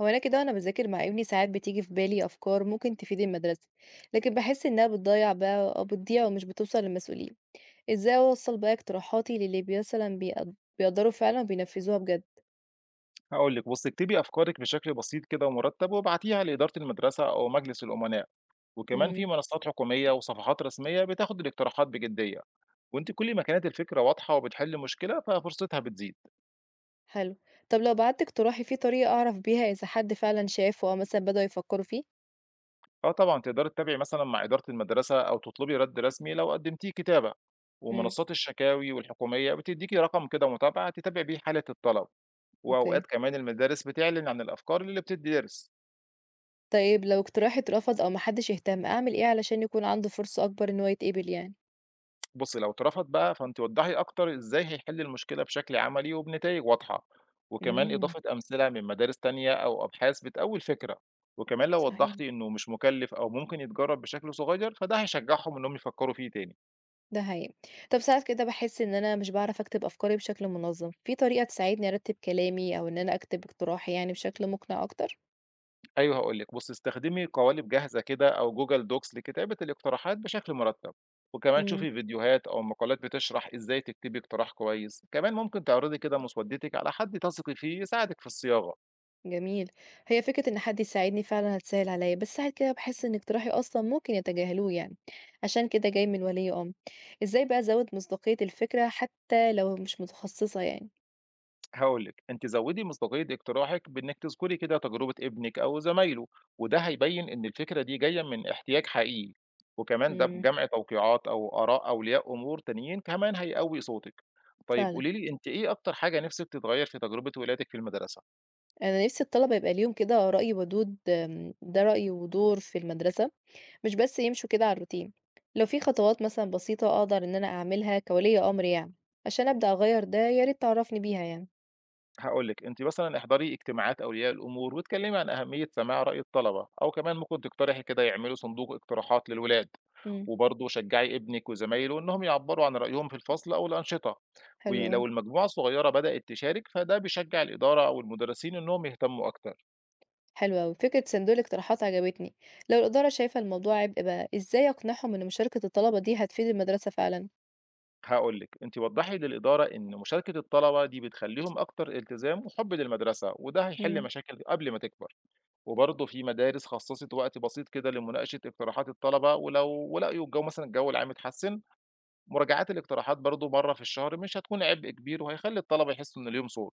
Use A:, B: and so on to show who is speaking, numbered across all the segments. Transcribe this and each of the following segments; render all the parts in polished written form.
A: هو أنا كده وأنا باذاكر مع ابني ساعات بتيجي في بالي أفكار ممكن تفيد المدرسة، لكن باحس إنها بتضيّع بقى أو بتضيع ومش بتوصل للمسؤولين، إزاي أوصّل بقى اقتراحاتي للي مثلًا بيقدّروا فعلًا وبينفذوها بجد؟
B: هقول لك بص اكتبي افكارك بشكل بسيط كده ومرتب وابعتيها لاداره المدرسه او مجلس الامناء، وكمان
A: إمم،
B: في منصات حكوميه وصفحات رسميه بتاخد الاقتراحات بجديه. وانت كل ما كانت الفكره واضحه وبتحل مشكله ففرصتها بتزيد.
A: حلو، طب لو بعتّ اقتراحي في طريقة أعرف بيها إذا حد فعلًا شافه أو مثلًا بدأوا يفكّروا فيه؟
B: اه طبعا تقدري تتابعي مثلا مع اداره المدرسه او تطلبي رد رسمي لو قدمتيه كتابه،
A: إمم،
B: ومنصات الشكاوي والحكوميه بتديكي رقم كده متابعه تتابعي بيه حاله الطلب.
A: أوكي،
B: واوقات كمان المدارس بتعلن عن الافكار اللي بتدرس.
A: طيب لو اقتراحي اترفض أو ما حدش اهتم، أعمل إيه علشان يكون عنده فرصة أكبر إن هو يتقبل يعني؟
B: بُصّي، لو اترفض بقى فأنتِ وضّحي أكتر إزاي هيحل المشكلة بشكل عملي وبنتايج واضحة، وكمان
A: إمم،
B: إضافة أمثلة من مدارس تانية أو أبحاث بتقوي الفكرة، وكمان لو وضّحتِ
A: صحيح.
B: إنه مش مكلّف أو ممكن يتجرّب بشكل صغير، فده هيشجّعهم إنهم يفكّروا فيه تاني.
A: ده حقيقي. طب ساعات كده باحس إن أنا مش باعرف أكتب أفكاري بشكل منظم، في طريقة تساعدني أرتب كلامي أو إن أنا أكتب اقتراحي يعني بشكل مقنع أكتر؟
B: أيوه هاقول لِك، بُصّي استخدمي قوالب جاهزة كده أو Google Docs لكتابة الاقتراحات بشكل مرتب، وكمان
A: إمم،
B: شوفي فيديوهات أو مقالات بتشرح إزاي تكتبي اقتراح كويس، كمان ممكن تعرضي كده مسودّتِك على حد تثقي فيه يساعدِك في الصياغة.
A: جميل. هي فكرة إن حد يساعدني فعلًا هتسهل عليَّ، بس ساعات كده باحس إن اقتراحي أصلًا ممكن يتجاهلوه يعني، عشان كده جاي من ولي أمر. إزاي بقى أزود مصداقية الفكرة حتى لو مش متخصصة يعني؟
B: هاقول لِك، أنتِ زوّدي مصداقية اقتراحِك بإنِّك تذكري كده تجربة ابنِك أو زمايله، وده هيبيّن إن الفكرة دي جاية من احتياج حقيقي، وكمان ده
A: إمم،
B: جمع توقيعات أو آراء أولياء أمور تانيين كمان هيقوي صوتِك. طيب
A: فعلًا.
B: قولي لي أنتِ إيه أكتر حاجة نِفْسِك تتغيّر في تجربة ولادِك في المدرسة؟
A: أنا نفسي الطلبة يبقى ليهم كده رأي ودود آمم، ده رأي ودور في المدرسة. مش بس يمشوا كده على الروتين لو في خطوات مثلا بسيطة أقدر إن أنا أعملها كولي أمر يعني عشان أبدأ أغير ده يا ريت تعرفني بيها يعني
B: هاقول لِك، أنتِ مثلًا احضري اجتماعات أولياء الأمور واتكلمي عن أهمية سماع رأي الطلبة، أو كمان ممكن تقترحي كده يعملوا صندوق اقتراحات للولاد،
A: امم
B: وبرضه شجعي ابنِك وزمايله إنهم يعبّروا عن رأيهم في الفصل أو الأنشطة،
A: حلو أوي
B: ولو المجموعة الصغيرة بدأت تشارك فده بيشجع الإدارة أو المدرسين إنهم يهتموا أكتر.
A: حلو أوي فكرة صندوق اقتراحات عجبتني لو الإدارة شايفة الموضوع عبء بقى إزاي أقنعهم إن مشاركة الطلبة دي هتفيد المدرسة فعلا
B: هاقول لِك، أنتِ وضّحي للإدارة إن مشاركة الطلبة دي بتخلّيهم أكتر التزام وحُب للمدرسة، وده هيحل
A: امم
B: مشاكل قبل ما تكبر. وبرضه في مدارس خصصت وقت بسيط كده لمناقشة اقتراحات الطلبة، ولو ولقوا الجو العام اتحسن. مراجعات الاقتراحات برضه مرة في الشهر مش هتكون عبء كبير، وهيخلي الطلبة يحسوا ان ليهم صوت.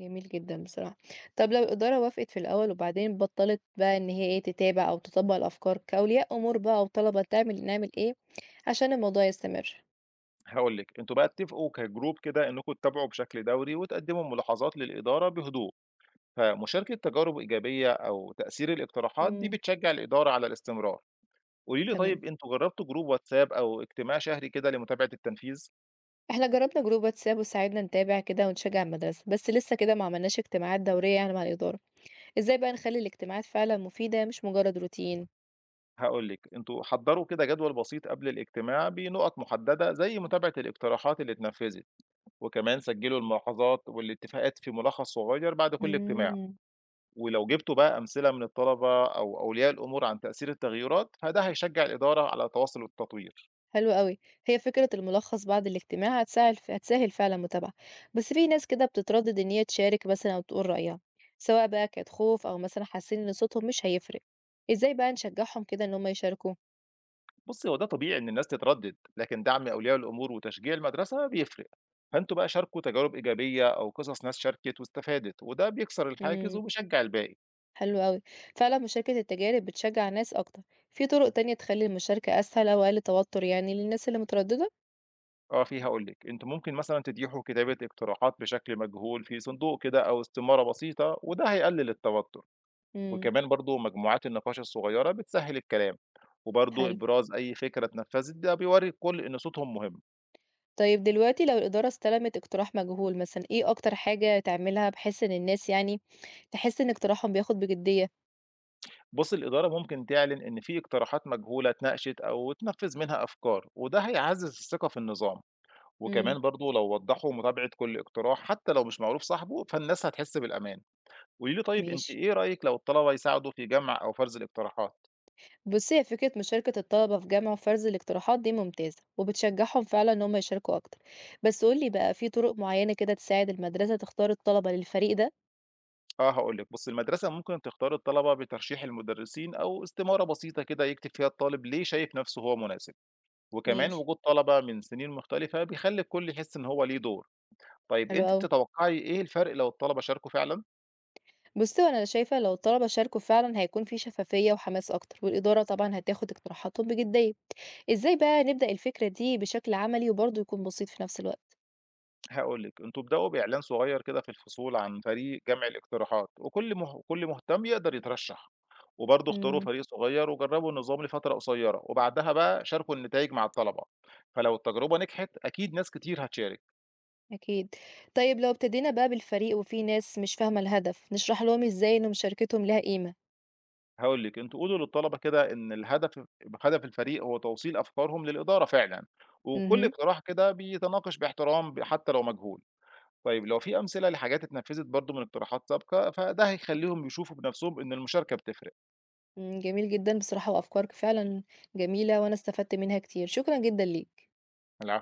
A: جميل جدا بصراحة طب لو الإدارة وافقت في الأول وبعدين بطلت بقى إن هي إيه تتابع أو تطبق الأفكار كأولياء أمور بقى وطلبة نعمل إيه عشان الموضوع يستمر
B: هقول لك انتوا بقى اتفقوا كجروب كده انكم تتابعوا بشكل دوري وتقدموا ملاحظات للإدارة بهدوء، فمشاركة تجارب إيجابية أو تأثير الاقتراحات دي
A: امم
B: بتشجع الإدارة على الاستمرار. قولي لي
A: تمام
B: طيب انتوا جربتوا جروب واتساب أو اجتماع شهري كده لمتابعة التنفيذ؟
A: إحنا جرّبنا جروب واتساب وساعدنا نتابع كده ونشجع المدرسة، بس لسه كده ما عملناش اجتماعات دورية يعني مع الإدارة، إزاي بقى نخلّي الاجتماعات فعلًا مفيدة مش مجرد روتين؟
B: هاقول لِك، أنتم حضّروا كده جدول بسيط قبل الاجتماع بنُقط مُحددة زي متابعة الاقتراحات اللي اتنفذت، وكمان سجّلوا الملاحظات والاتفاقات في ملخص صغير بعد كل اجتماع،
A: إمم،
B: ولو جبتوا بقى أمثلة من الطلبة أو أولياء الأمور عن تأثير التغييرات، فده هيشجّع الإدارة على تواصل والتطوير.
A: حلو أوي، هي فكرة الملخص بعد الاجتماع هتساعد هتسهل فعلًا المتابعة، بس في ناس كده بتتردد إن هي تشارك مثلًا أو تقول رأيها، سواء بقى كانت خوف أو مثلًا حاسين إن صوتهم مش هيفرق، إزاي بقى نشجعهم كده إن هم يشاركوا؟
B: بُصّي، هو ده طبيعي إن الناس تتردّد، لكن دعم أولياء الأمور وتشجيع المدرسة بيفرق. فأنتم بقى شاركوا تجارب إيجابية أو قصص ناس شاركت واستفادت، وده بيكسر الحاجز
A: إمم.
B: وبيشجّع الباقي.
A: حلو أوي. فعلًا مشاركة التجارب بتشجّع الناس أكتر. في طرق تانية تخلّي المشاركة أسهل أو أقل توتر يعني للناس اللي مترددة؟
B: آه، في هاقول لِك، أنتم ممكن مثلًا تتيحوا كتابة اقتراحات بشكل مجهول في صندوق كده أو استمارة بسيطة، وده هيقلل التوتر،
A: إمم،
B: وكمان برضه مجموعات النقاش الصغيرة بتسهّل الكلام، وبرضه
A: حلو.
B: إبراز أي فكرة اتنفذت ده بيورّي الكل إن صوتهم مهم.
A: طيب دلوقتي لو الإدارة استلمت اقتراح مجهول مثلًا، إيه أكتر حاجة تعملها بحيث إن الناس يعني تحس إن اقتراحهم بياخد بجدية؟
B: بُصّي، الإدارة ممكن تعلن إن في اقتراحات مجهولة اتناقشت أو اتنفّذ منها أفكار، وده هيعزّز الثقة في النظام،
A: إمم،
B: وكمان برضه لو وضّحوا متابعة كل اقتراح حتى لو مش معروف صاحبه، فالناس هتحس بالأمان. قولي لي طيب أنتِ
A: ماشي.
B: إيه رأيِك لو الطلبة يساعدوا في جمع أو فرز الاقتراحات؟
A: بُصّي، هي فكرة مشاركة الطلبة في جمع وفرز الاقتراحات دي ممتازة، وبتشجّعهم فعلًا إن هم يشاركوا أكتر. بس قُل لي بقى في طرق معيّنة كده تساعد المدرسة تختار الطلبة للفريق ده؟
B: آه هاقول لِك، بُصّي المدرسة ممكن تختار الطلبة بترشيح المدرسين أو استمارة بسيطة كده يكتب فيها الطالب ليه شايف نفسه هو مناسب، وكمان
A: ماشي،
B: وجود طلبة من سنين مختلفة بيخلّي الكل يحس إن هو ليه دور. طيب
A: حلو
B: أنتِ
A: أوي.
B: بتتوقعي إيه الفرق لو الطلبة شاركوا فعلًا؟
A: بُصّي، هو أنا شايفة لو الطلبة شاركوا فعلًا هيكون في شفافية وحماس أكتر، والإدارة طبعًا هتاخد اقتراحاتهم بجدية. إزاي بقى نبدأ الفكرة دي بشكل عملي وبرضه يكون بسيط في نفس الوقت؟
B: هاقول لِك، أنتم ابدؤوا بإعلان صغير كده في الفصول عن فريق جمع الاقتراحات، وكل مه كل مهتم يقدر يترشح، وبرضه اختاروا
A: إمم،
B: فريق صغير وجربوا النظام لفترة قصيرة، وبعدها بقى شاركوا النتايج مع الطلبة، فلو التجربة نجحت أكيد ناس كتير هتشارك.
A: أكيد. طيب لو ابتدينا بقى بالفريق وفي ناس مش فاهمة الهدف، نشرح لهم إزاي إن مشاركتهم ليها قيمة.
B: هاقول لِك، أنتم قولوا للطلبة كده إن هدف الفريق هو توصيل أفكارهم للإدارة فعلًا، وكل
A: اهم،
B: اقتراح كده بيتناقش باحترام حتى لو مجهول. طيب لو في أمثلة لحاجات اتنفذت برضه من اقتراحات سابقة، فده هيخلّيهم يشوفوا بنفسهم إن المشاركة بتفرق.
A: إمم، جميل جدًا بصراحة وأفكارك فعلًا جميلة وأنا استفدت منها كتير، شكرًا جدًا ليك.
B: العفو.